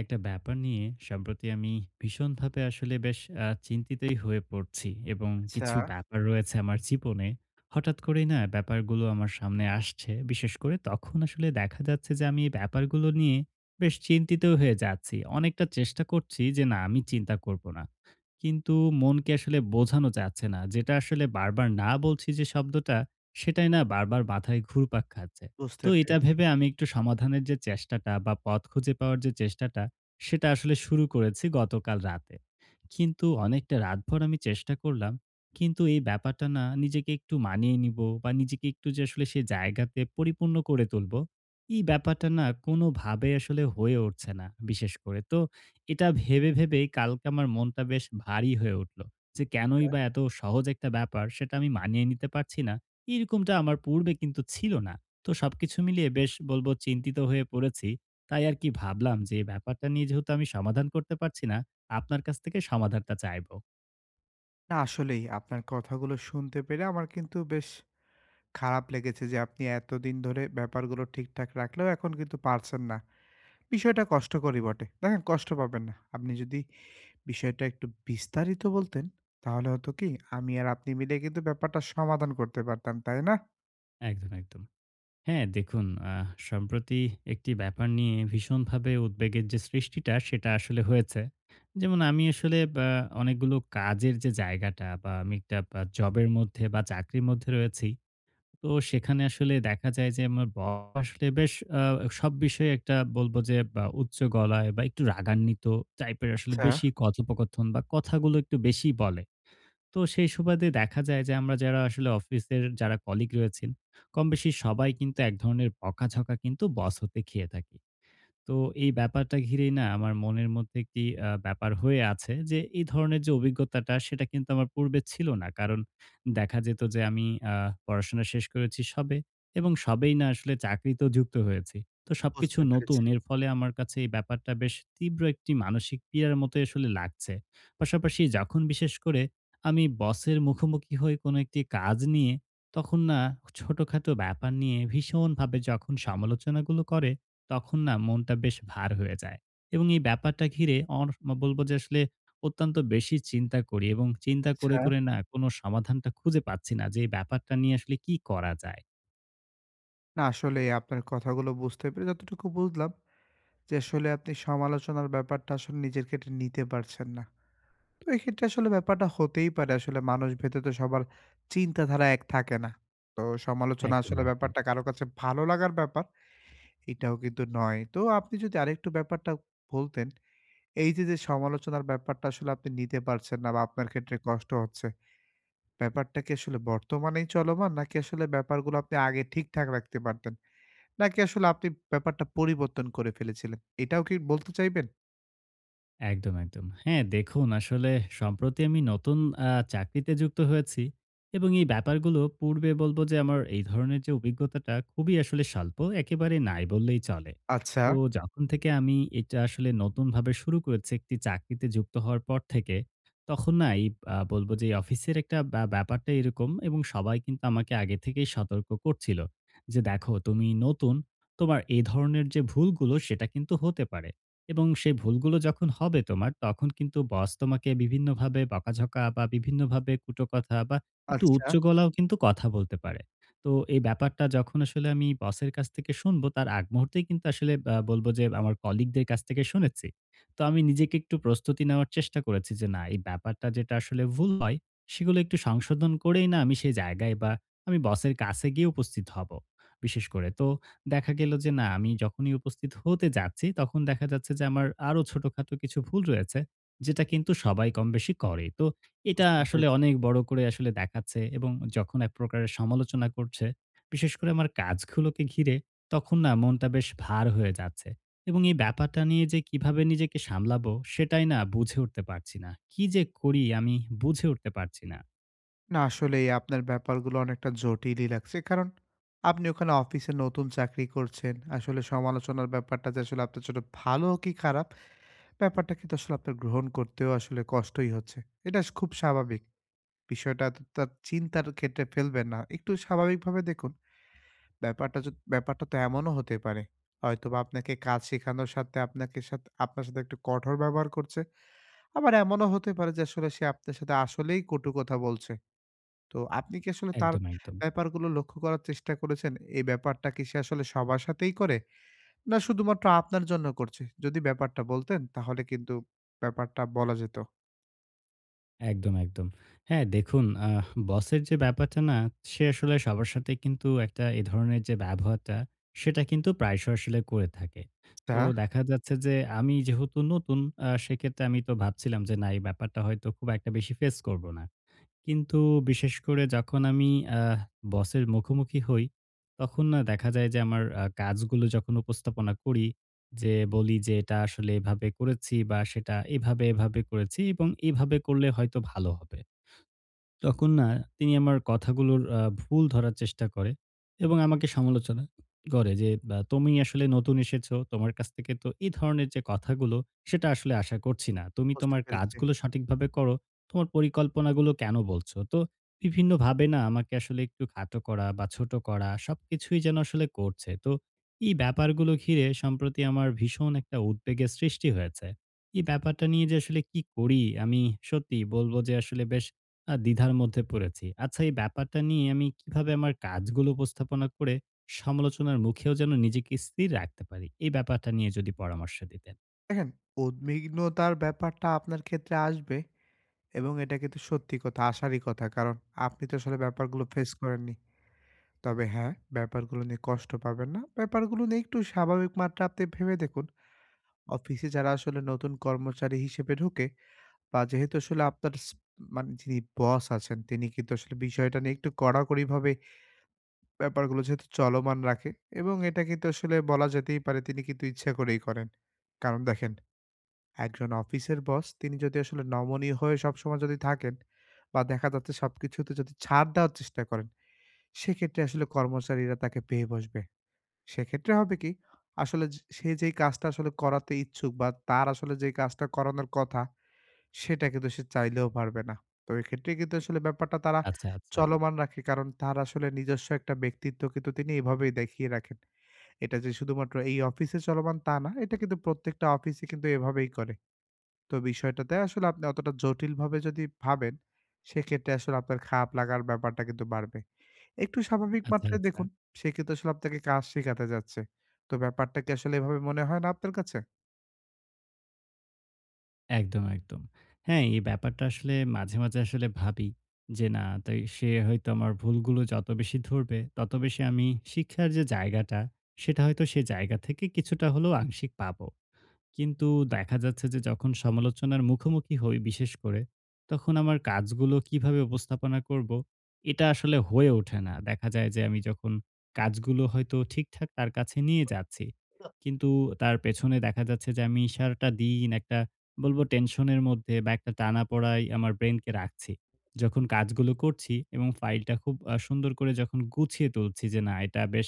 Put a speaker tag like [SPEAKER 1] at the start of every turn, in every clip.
[SPEAKER 1] একটা ব্যাপার নিয়ে সম্প্রতি আমি ভীষণভাবে আসলে বেশ চিন্তিতই হয়ে পড়ছি এবং
[SPEAKER 2] আচ্ছা,
[SPEAKER 1] কিছু ব্যাপার রয়েছে আমার জীবনে। হঠাৎ করেই না ব্যাপারগুলো আমার সামনে আসছে। বিশেষ করে তখন আসলে দেখা যাচ্ছে যে আমি এই ব্যাপারগুলো নিয়ে বেশ চিন্তিত হয়ে যাচ্ছি। অনেকটা চেষ্টা করছি যে না আমি চিন্তা করব না। কিন্তু মনকে আসলে বোঝানো যাচ্ছে না। যেটা আসলে বারবার না বলছি যে শব্দটা সেটাই না বারবার মাথায় ঘুরপাক খাচ্ছে।
[SPEAKER 2] বুঝতে
[SPEAKER 1] তো এটা
[SPEAKER 2] পেরেছি।
[SPEAKER 1] ভেবে আমি একটু সমাধানের যে চেষ্টাটা বা পথ খুঁজে পাওয়ার যে চেষ্টাটা, সেটা আসলে শুরু করেছি গতকাল রাতে। কিন্তু অনেকটা রাতভর আমি চেষ্টা করলাম। কিন্তু এই ব্যাপারটা না নিজেকে একটু মানিয়ে নিব বা নিজেকে একটু যে আসলে সে জায়গাতে পরিপূর্ণ করে তুলবো, এই ব্যাপারটা না কোনোভাবে আসলে হয়ে উঠছে না বিশেষ করে। তো এটা ভেবেই কালকে আমার মনটা বেশ ভারী হয়ে উঠল। যে কেনই বা এত সহজ একটা ব্যাপার সেটা আমি মানিয়ে নিতে পারছি না, এরকমটা আমার পূর্বে কিন্তু ছিল না। তো সবকিছু মিলিয়ে বেশ বলবো চিন্তিত হয়ে পড়েছি। তাই আরকি ভাবলাম যে এই ব্যাপারটা নিয়ে যেহেতু আমি সমাধান করতে পারছি না, আপনার কাছ থেকে সমাধানটা চাইবো।
[SPEAKER 2] না আসলেই আপনার কথাগুলো শুনতে পেরে আমার কিন্তু বেশ খারাপ লেগেছে যে আপনি এতদিন ধরে ব্যাপারগুলো ঠিকঠাক রাখলেও এখন কিন্তু পারছেন না। বিষয়টা কষ্টকরই বটে। দেখেন কষ্ট পাবেন না। আপনি যদি বিষয়টা একটু বিস্তারিত বলতেন তাহলে হতো কি আমি আর আপনি মিলে কিন্তু ব্যাপারটা সমাধান করতে পারতাম, তাই না?
[SPEAKER 1] একদম, একদম। হ্যাঁ, দেখুন সম্প্রতি একটি ব্যাপার নিয়ে ভীষণভাবে উদ্বেগের যে সৃষ্টিটা সেটা আসলে হয়েছে। যেমন আমি আসলে বা অনেকগুলো কাজের যে জায়গাটা বা আমি একটা বা জবের মধ্যে বা চাকরির মধ্যে রয়েছি। তো সেখানে আসলে দেখা যায় যে আমার বস আসলে বেশ আ সব বিষয়ে একটা বলব যে বা উচ্চ গলায় বা একটু রাগান্বিত টাইপের আসলে
[SPEAKER 2] আচ্ছা,
[SPEAKER 1] বেশি কথোপকথন বা কথাগুলো একটু বেশি বলে। তো সেই সুবাদে দেখা যায় যে আমরা যারা আসলে অফিসের যারা কলিগ রয়েছেন, কমবেশি সবাই কিন্তু এক ধরনের বকাঝকা কিন্তু বস হতে খেয়ে থাকি। তো এই ব্যাপারটা ঘিরেই না আমার মনের মধ্যে একটি ব্যাপার হয়ে আছে যে, এই ধরনের যে অভিজ্ঞতাটা সেটা কিন্তু আমার পূর্বে ছিল না। কারণ দেখা যেত যে আমি আ পড়াশোনা শেষ করেছি সবে এবং সবেই না আসলে চাকরিতেও যুক্ত হয়েছি। তো সবকিছু
[SPEAKER 2] বুঝতে পেরেছি।
[SPEAKER 1] নতুন। এর ফলে আমার কাছে এই ব্যাপারটা বেশ তীব্র একটি মানসিক পীড়ার মতোই আসলে লাগছে। পাশাপাশি যখন বিশেষ করে আমি বসের মুখোমুখি হই কোনো একটি কাজ নিয়ে, তখন না ছোটখাটো ব্যাপার নিয়ে ভীষণভাবে যখন সমালোচনাগুলো করে তখন না মনটা বেশ ভার হয়ে যায়। এবং এই ব্যাপারটা ঘিরে বলব যে আসলে অত্যন্ত বেশি চিন্তা করি এবং চিন্তা
[SPEAKER 2] আচ্ছা।
[SPEAKER 1] করে না কোনো সমাধানটা খুঁজে পাচ্ছি না যে এই ব্যাপারটা নিয়ে আসলে কি করা যায়?
[SPEAKER 2] না আসলেই আপনার কথাগুলো বুঝতে পেরে যতটুকু বুঝলাম যে আসলে আপনি সমালোচনার ব্যাপারটা আসলে নিজের ক্ষেত্রে নিতে পারছেন না। তো এক্ষেত্রে আসলে ব্যাপারটা হতেই পারে। আসলে মানুষ ভেদে তো সবার চিন্তাধারা এক থাকে না। তো সমালোচনা
[SPEAKER 1] একদম,
[SPEAKER 2] আসলে
[SPEAKER 1] একদম।
[SPEAKER 2] ব্যাপারটা কারো কাছে ভালো লাগার ব্যাপার, এটাও কিন্তু নয়। তো আপনি যদি আরেকটু ব্যাপারটা বলতেন, এই যে, যে সমালোচনার ব্যাপারটা আসলে আপনি নিতে পারছেন না বা আপনার ক্ষেত্রে কষ্ট হচ্ছে, ব্যাপারটা কি আসলে বর্তমানেই চলমান? নাকি আসলে ব্যাপারগুলো আপনি আগে ঠিকঠাক রাখতে পারতেন? নাকি আসলে আপনি ব্যাপারটা পরিবর্তন করে ফেলেছিলেন? এটাও কি বলতে চাইবেন?
[SPEAKER 1] একদম, একদম। হ্যাঁ, দেখুন আসলে সম্প্রতি আমি নতুন চাকরিতে যুক্ত হয়েছি এবং এই ব্যাপারগুলো পূর্বে বলব যে আমার এই ধরনের যে অভিজ্ঞতাটা খুবই আসলে স্বল্প, একেবারে নাই বললেই চলে।
[SPEAKER 2] আচ্ছা,
[SPEAKER 1] তো যখন থেকে আমি এটা আসলে নতুনভাবে শুরু করেছি একটি চাকরিতে যুক্ত হওয়ার পর থেকে, তখন না এই বলব যে এই অফিসের একটা ব্যাপারটা এরকম এবং সবাই কিন্তু আমাকে আগে থেকেই সতর্ক করছিল যে, "দেখো তুমি নতুন, তোমার এ ধরনের যে ভুলগুলো সেটা কিন্তু হতে পারে।" এবং সেই ভুলগুলো যখন হবে তোমার, তখন কিন্তু বস তোমাকে বিভিন্নভাবে বকাঝকা বা বিভিন্নভাবে কুটো কথা বা একটু
[SPEAKER 2] আচ্ছা
[SPEAKER 1] উচ্চ গলাও কিন্তু কথা বলতে পারে। তো এই ব্যাপারটা যখন আসলে আমি বসের কাছ থেকে শুনবো, তার আগ মুহূর্তেই কিন্তু আসলে বলবো যে আমার কলিগদের কাছ থেকে শুনেছি। তো আমি নিজেকে একটু প্রস্তুতি নেওয়ার চেষ্টা করেছি যে, না এই ব্যাপারটা যেটা আসলে ভুল হয়, সেগুলো একটু সংশোধন করেই না আমি সেই জায়গায় বা আমি বসের কাছে গিয়ে উপস্থিত হব। বিশেষ করে তো দেখা গেল যে না, আমি যখনই উপস্থিত হতে যাচ্ছি, তখন দেখা যাচ্ছে যে আমার আরো ছোটখাটো কিছু ভুল রয়েছে, যেটা কিন্তু সবাই কমবেশি করে। তো এটা
[SPEAKER 2] বুঝতে
[SPEAKER 1] আসলে
[SPEAKER 2] পেরেছি।
[SPEAKER 1] অনেক বড় করে আসলে দেখাচ্ছে এবং যখন এক প্রকারের সমালোচনা করছে, বিশেষ করে আমার কাজগুলোকে ঘিরে, তখন না মনটা বেশ ভার হয়ে যাচ্ছে। এবং এই ব্যাপারটা নিয়ে যে কিভাবে নিজেকে সামলাবো, সেটাই না বুঝে উঠতে পারছি না। কি যে করি আমি বুঝে উঠতে পারছি না।
[SPEAKER 2] না আসলেই আপনার ব্যাপারগুলো অনেকটা জটিলই লাগছে। কারণ আপনি ওখানে অফিসে নতুন চাকরি করছেন। আসলে সমালোচনার ব্যাপারটা যে আসলে আপনার জন্য ভালো কি খারাপ, ব্যাপারটা কিন্তু আসলে আপনার গ্রহণ করতেও আসলে কষ্টই হচ্ছে। এটা খুব স্বাভাবিক। বিষয়টা এতটা চিন্তার ক্ষেত্রে ফেলবেন না। একটু স্বাভাবিকভাবে দেখুন। ব্যাপারটা য ব্যাপারটা তো এমনও হতে পারে। হয়তোবা আপনাকে কাজ শেখানোর সাথে আপনাকে সাথে আপনার সাথে একটু কঠোর ব্যবহার করছে। আবার এমনও হতে পারে যে আসলে সে আপনার সাথে আসলেই কটু কথা বলছে। তো আপনি কি আসলে তার
[SPEAKER 1] একদম, একদম।
[SPEAKER 2] ব্যাপারগুলো লক্ষ্য করার চেষ্টা করেছেন? এই ব্যাপারটা কি সে আসলে সবার সাথেই করে? না শুধুমাত্র আপনার জন্য করছে? যদি ব্যাপারটা বলতেন তাহলে কিন্তু ব্যাপারটা বলা যেত।
[SPEAKER 1] একদম, একদম। হ্যাঁ, দেখুন বসের যে ব্যাপারটা না, সে আসলে সবার সাথে কিন্তু একটা এ ধরনের যে ব্যবহারটা, সেটা কিন্তু প্রায়শই আসলে করে থাকে। তো
[SPEAKER 2] আচ্ছা।
[SPEAKER 1] দেখা যাচ্ছে যে আমি যেহেতু নতুন, সেক্ষেত্রে আমি তো ভাবছিলাম যে না এই ব্যাপারটা হয়তো খুব একটা বেশি ফেস করব না। কিন্তু বিশেষ করে যখন আমি আহ বসের মুখোমুখি হই, তখন না দেখা যায় যে আমার কাজগুলো যখন উপস্থাপনা করি, যে বলি যে এটা আসলে এভাবে করেছি বা সেটা এভাবে করেছি এবং এভাবে করলে হয়তো ভালো হবে। তখন না তিনি আমার কথাগুলোর ভুল ধরার চেষ্টা করে এবং আমাকে সমালোচনা করে যে, "বা তুমি আসলে নতুন এসেছো। তোমার কাছ থেকে তো এই ধরনের যে কথাগুলো, সেটা আসলে আশা করছি না। তুমি
[SPEAKER 2] বুঝতে
[SPEAKER 1] তোমার
[SPEAKER 2] পেরেছি।
[SPEAKER 1] কাজগুলো সঠিকভাবে করো। তোমার পরিকল্পনাগুলো কেনো বলছো?" তো বিভিন্নভাবে না আমাকে আসলে একটু খাটো করা বা ছোট করা সবকিছুই যেন আসলে করছে। তো এই ব্যাপারগুলো ঘিরে সম্প্রতি আমার ভীষণ একটা উদ্বেগের সৃষ্টি হয়েছে। এই ব্যাপারটা নিয়ে যে আসলে কি করি, আমি সত্যি বলব যে আসলে বেশ দ্বিধার মধ্যে পড়েছি। আচ্ছা এই ব্যাপারটা নিয়ে আমি কিভাবে আমার কাজগুলো উপস্থাপনা করে সমালোচনার মুখেও যেন নিজেকে স্থির রাখতে পারি? এই ব্যাপারটা নিয়ে যদি পরামর্শ দিতেন।
[SPEAKER 2] দেখেন উদ্বিগ্নতার ব্যাপারটা আপনার ক্ষেত্রে আসবে এবং এটা কিন্তু সত্যি কথা, আসারই কথা। কারণ আপনি তো আসলে ব্যাপারগুলো ফেস করেননি। তবে হ্যাঁ, ব্যাপারগুলো নিয়ে কষ্ট পাবেন না। ব্যাপারগুলো নিয়ে একটু স্বাভাবিক মাত্রা আপনি ভেবে দেখুন। অফিসে যারা আসলে নতুন কর্মচারী হিসেবে ঢোকে বা যেহেতু আসলে আপনার স মানে যিনি বস আছেন তিনি কিন্তু আসলে বিষয়টা নিয়ে একটু কড়াকড়িভাবে ব্যাপারগুলো যেহেতু চলমান রাখে এবং এটা কিন্তু আসলে বলা যেতেই পারে তিনি কিন্তু ইচ্ছা করেই করেন। কারণ দেখেন একজন অফিসের বস তিনি যদি আসলে নমনীয় হয়ে সবসময় যদি থাকেন বা দেখা যাচ্ছে সবকিছুতে যদি ছাড় দেওয়ার চেষ্টা করেন, সেক্ষেত্রে আসলে কর্মচারীরা তাকে পেয়ে বসবে। সেক্ষেত্রে হবে কি? আসলে যে সে যেই কাজটা আসলে করাতে ইচ্ছুক বা তার আসলে যেই কাজটা করানোর কথা সেটা কিন্তু সে চাইলেও পারবে না। তো এক্ষেত্রে কিন্তু আসলে ব্যাপারটা তারা
[SPEAKER 1] আচ্ছা, আচ্ছা,
[SPEAKER 2] চলমান রাখে। কারণ তার আসলে নিজস্ব একটা ব্যক্তিত্ব কিন্তু তিনি এভাবেই দেখিয়ে রাখেন। এটা যে শুধুমাত্র এই অফিসে চলমান তা না। এটা কিন্তু প্রত্যেকটা অফিসে কিন্তু এভাবেই করে। তো বিষয়টাতে আসলে আপনি অতটা জটিলভাবে যদি ভাবেন, সেক্ষেত্রে আসলে আপনার খারাপ লাগার ব্যাপারটা কিন্তু বাড়বে। একটু স্বাভাবিক
[SPEAKER 1] আচ্ছা,
[SPEAKER 2] মাত্রায়
[SPEAKER 1] আচ্ছা।
[SPEAKER 2] দেখুন। সে কিন্তু আসলে আপনাকে কাজ শেখাতে যাচ্ছে। তো ব্যাপারটা কি আসলে এভাবে মনে হয় না আপনার কাছে?
[SPEAKER 1] একদম, একদম। হ্যাঁ, এই ব্যাপারটা আসলে মাঝে আসলে ভাবি যে না তাই সে হয়তো আমার ভুলগুলো যত বেশি ধরবে, তত বেশি আমি শিক্ষার যে জায়গাটা, সেটা হয়তো সে জায়গা থেকে কিছুটা হলেও আংশিক পাবো। কিন্তু দেখা যাচ্ছে যে যখন সমালোচনার মুখোমুখি হই বিশেষ করে, তখন আমার কাজগুলো কিভাবে উপস্থাপনা করব, এটা আসলে হয়ে ওঠে না। দেখা যায় যে আমি যখন কাজগুলো হয়তো ঠিকঠাক তার কাছে নিয়ে যাচ্ছি। কিন্তু তার পেছনে দেখা যাচ্ছে যে আমি সারাটা দিন একটা বলব টেনশনের মধ্যে বা একটা টানাপড়ায় আমার ব্রেইনকে রাখছি। যখন কাজগুলো করছি এবং ফাইলটা খুব সুন্দর করে যখন গুছিয়ে তুলছি যে না এটা বেশ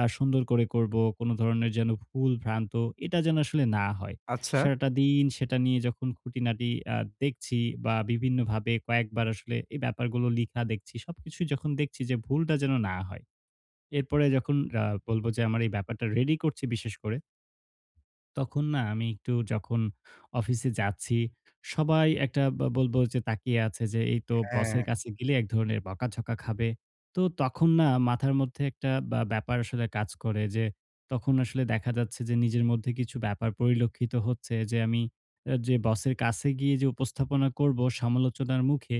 [SPEAKER 1] সুন্দর করে করব। কোনো ধরনের যেন ভুল ভ্রান্ত এটা যেন আসলে না হয়।
[SPEAKER 2] আচ্ছা,
[SPEAKER 1] সারাটা দিন সেটা নিয়ে যখন খুঁটিনাটি দেখছি বা বিভিন্নভাবে কয়েকবার আসলে এই ব্যাপারগুলো লিখা দেখছি, সবকিছুই যখন দেখছি যে ভুলটা যেন না হয়। এরপরে যখন বলব যে আমার এই ব্যাপারটা রেডি করছি বিশেষ করে তখন না আমি একটু যখন অফিসে যাচ্ছি, সবাই একটা বা বলবো যে তাকিয়ে আছে যে এই তো
[SPEAKER 2] হ্যাঁ,
[SPEAKER 1] বসের কাছে গেলে এক ধরনের বকাঝকা খাবে। তো তখন না মাথার মধ্যে একটা বা ব্যাপার আসলে কাজ করে যে, তখন আসলে দেখা যাচ্ছে যে নিজের মধ্যে কিছু ব্যাপার পরিলক্ষিত হচ্ছে যে আমি যে বসের কাছে গিয়ে যে উপস্থাপনা করবো সমালোচনার মুখে,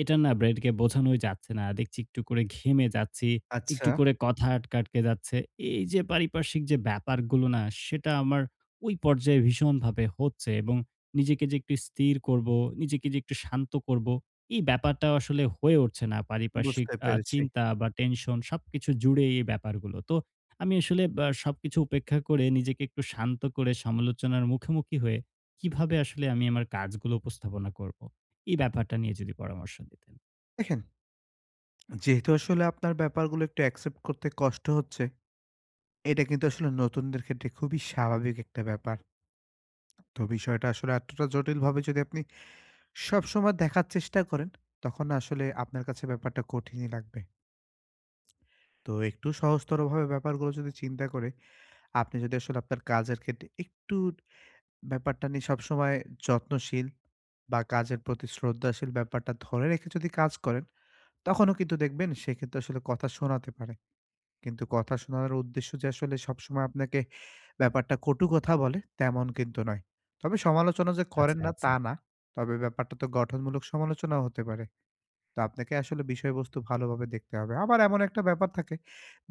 [SPEAKER 1] এটা না ব্রেনকে বোঝানোই যাচ্ছে না। দেখছি একটু করে ঘেমে যাচ্ছি,
[SPEAKER 2] আচ্ছা
[SPEAKER 1] একটু করে কথা আটকে যাচ্ছে। এই যে পারিপার্শ্বিক যে ব্যাপারগুলো না সেটা আমার ওই পর্যায়ে ভীষণভাবে হচ্ছে এবং নিজেকে যে একটু স্থির করব, নিজেকে যে একটু শান্ত করব, এই ব্যাপারটা আসলে হয়ে উঠছে না। পারিপার্শ্বিক
[SPEAKER 2] বুঝতে পেরেছি।
[SPEAKER 1] চিন্তা বা টেনশন সবকিছু জুড়েই এই ব্যাপারগুলো। তো আমি আসলে বা সবকিছু উপেক্ষা করে নিজেকে একটু শান্ত করে সমালোচনার মুখোমুখি হয়ে কিভাবে আসলে আমি আমার কাজগুলো উপস্থাপনা করব? এই ব্যাপারটা নিয়ে যদি পরামর্শ দিতেন।
[SPEAKER 2] দেখেন যেহেতু আসলে আপনার ব্যাপারগুলো একটু অ্যাকসেপ্ট করতে কষ্ট হচ্ছে, এটা কিন্তু আসলে নতুনদের ক্ষেত্রে খুবই স্বাভাবিক একটা ব্যাপার। তো বিষয়টা আসলে এতটা জটিলভাবে যদি আপনি সবসময় দেখার চেষ্টা করেন, তখন না আসলে আপনার কাছে ব্যাপারটা কঠিনই লাগবে। তো একটু সহজতরভাবে ব্যাপারগুলো যদি চিন্তা করে, আপনি যদি আসলে আপনার কাজের ক্ষেত্রে একটু ব্যাপারটা নিয়ে সবসময় যত্নশীল বা কাজের প্রতি শ্রদ্ধাশীল ব্যাপারটা ধরে রেখে যদি কাজ করেন, তখনও কিন্তু দেখবেন সে কিন্তু আসলে কথা শোনাতে পারে। কিন্তু কথা শোনানোর উদ্দেশ্য যে আসলে সবসময় আপনাকে ব্যাপারটা কটু কথা বলে, তেমন কিন্তু নয়। তবে সমালোচনা যে করেন
[SPEAKER 1] আচ্ছা,
[SPEAKER 2] না,
[SPEAKER 1] আচ্ছা,
[SPEAKER 2] তা না। তবে ব্যাপারটা তো গঠনমূলক সমালোচনাও হতে পারে। তো আপনাকে আসলে বিষয়বস্তু ভালোভাবে দেখতে হবে। আবার এমন একটা ব্যাপার থাকে,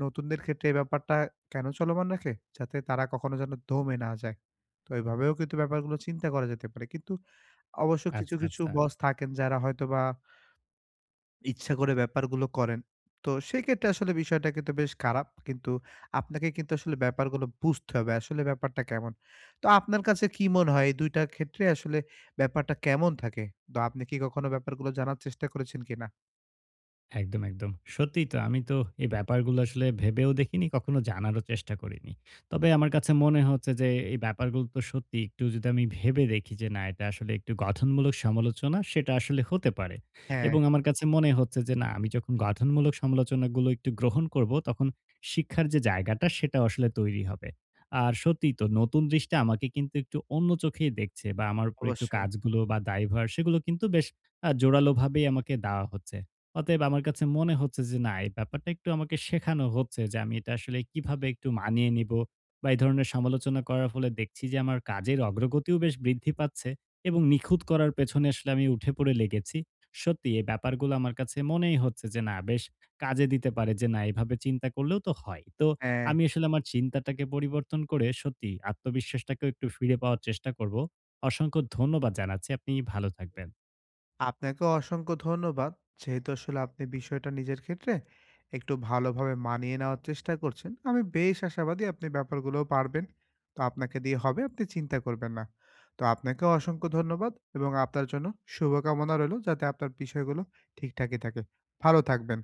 [SPEAKER 2] নতুনদের ক্ষেত্রে এই ব্যাপারটা কেন চলমান রাখে? যাতে তারা কখনো যেন দমে না যায়। তো এভাবেও কিন্তু ব্যাপারগুলো চিন্তা করা যেতে পারে। কিন্তু অবশ্য কিছু,
[SPEAKER 1] আচ্ছা,
[SPEAKER 2] কিছু
[SPEAKER 1] আচ্ছা।
[SPEAKER 2] বস থাকেন যারা হয়তোবা ইচ্ছা করে ব্যাপারগুলো করেন। তো সেক্ষেত্রে আসলে বিষয়টা কিন্তু বেশ খারাপ। কিন্তু আপনাকে কিন্তু আসলে ব্যাপারগুলো বুঝতে হবে। আসলে ব্যাপারটা কেমন? তো আপনার কাছে কি মনে হয় এই ২ টার ক্ষেত্রে আসলে ব্যাপারটা কেমন থাকে? তো আপনি কি কখনো ব্যাপারগুলো জানার চেষ্টা করেছেন কিনা?
[SPEAKER 1] একদম, একদম। সত্যিই তো আমি তো এই ব্যাপারগুলো আসলে ভেবেও দেখিনি, কখনো জানারও চেষ্টা করিনি। তবে আমার কাছে মনে হচ্ছে যে এই ব্যাপারগুলো তো সত্যি একটু যদি আমি ভেবে দেখি যে না এটা আসলে একটু গঠনমূলক সমালোচনা সেটা আসলে হতে পারে।
[SPEAKER 2] হ্যাঁ,
[SPEAKER 1] এবং আমার কাছে মনে হচ্ছে যে না আমি যখন গঠনমূলক সমালোচনাগুলো একটু গ্রহণ করব তখন শিক্ষার যে জায়গাটা সেটা আসলে তৈরি হবে। আর সত্যিই তো নতুন দৃষ্টি আমাকে কিন্তু একটু অন্য চোখেই দেখছে বা আমার উপর একটু
[SPEAKER 2] অবশ্যই।
[SPEAKER 1] কাজগুলো বা দায়ভার সেগুলো কিন্তু বেশ জোরালোভাবেই আমাকে দেওয়া হচ্ছে। অতএব আমার কাছে মনে হচ্ছে যে না, এই ব্যাপারটা একটু আমাকে শেখানো হচ্ছে যে আমি এটা আসলে কিভাবে একটু মানিয়ে নিবো বা এই ধরনের সমালোচনা করার ফলে দেখছি যে আমার কাজের অগ্রগতিও বেশ বৃদ্ধি পাচ্ছে এবং নিখুঁত করার পেছনে আসলে আমি উঠে পড়ে লেগেছি। সত্যি এই ব্যাপারগুলো আমার কাছে মনেই হচ্ছে যে না, বেশ কাজে দিতে পারে যে না, এভাবে চিন্তা করলেও তো হয়। তো
[SPEAKER 2] হ্যাঁ।
[SPEAKER 1] আমি আসলে আমার চিন্তাটাকে পরিবর্তন করে সত্যি আত্মবিশ্বাসটাকেও একটু ফিরে পাওয়ার চেষ্টা করব। অসংখ্য ধন্যবাদ জানাচ্ছি। আপনি ভালো থাকবেন।
[SPEAKER 2] আপনাকে অসংখ্য ধন্যবাদ। যেহেতু আসলে আপনি বিষয়টা নিজের ক্ষেত্রে একটু ভালোভাবে মানিয়ে নেওয়ার চেষ্টা করছেন। আমি বেশ আশাবাদী আপনি ব্যাপারগুলোও পারবেন। তো আপনাকে দিয়ে হবে, আপনি চিন্তা করবেন না। তো আপনাকেও অসংখ্য ধন্যবাদ এবং আপনার জন্য শুভকামনা রইলো যাতে আপনার বিষয়গুলো ঠিকঠাকই থাকে। ভালো থাকবেন।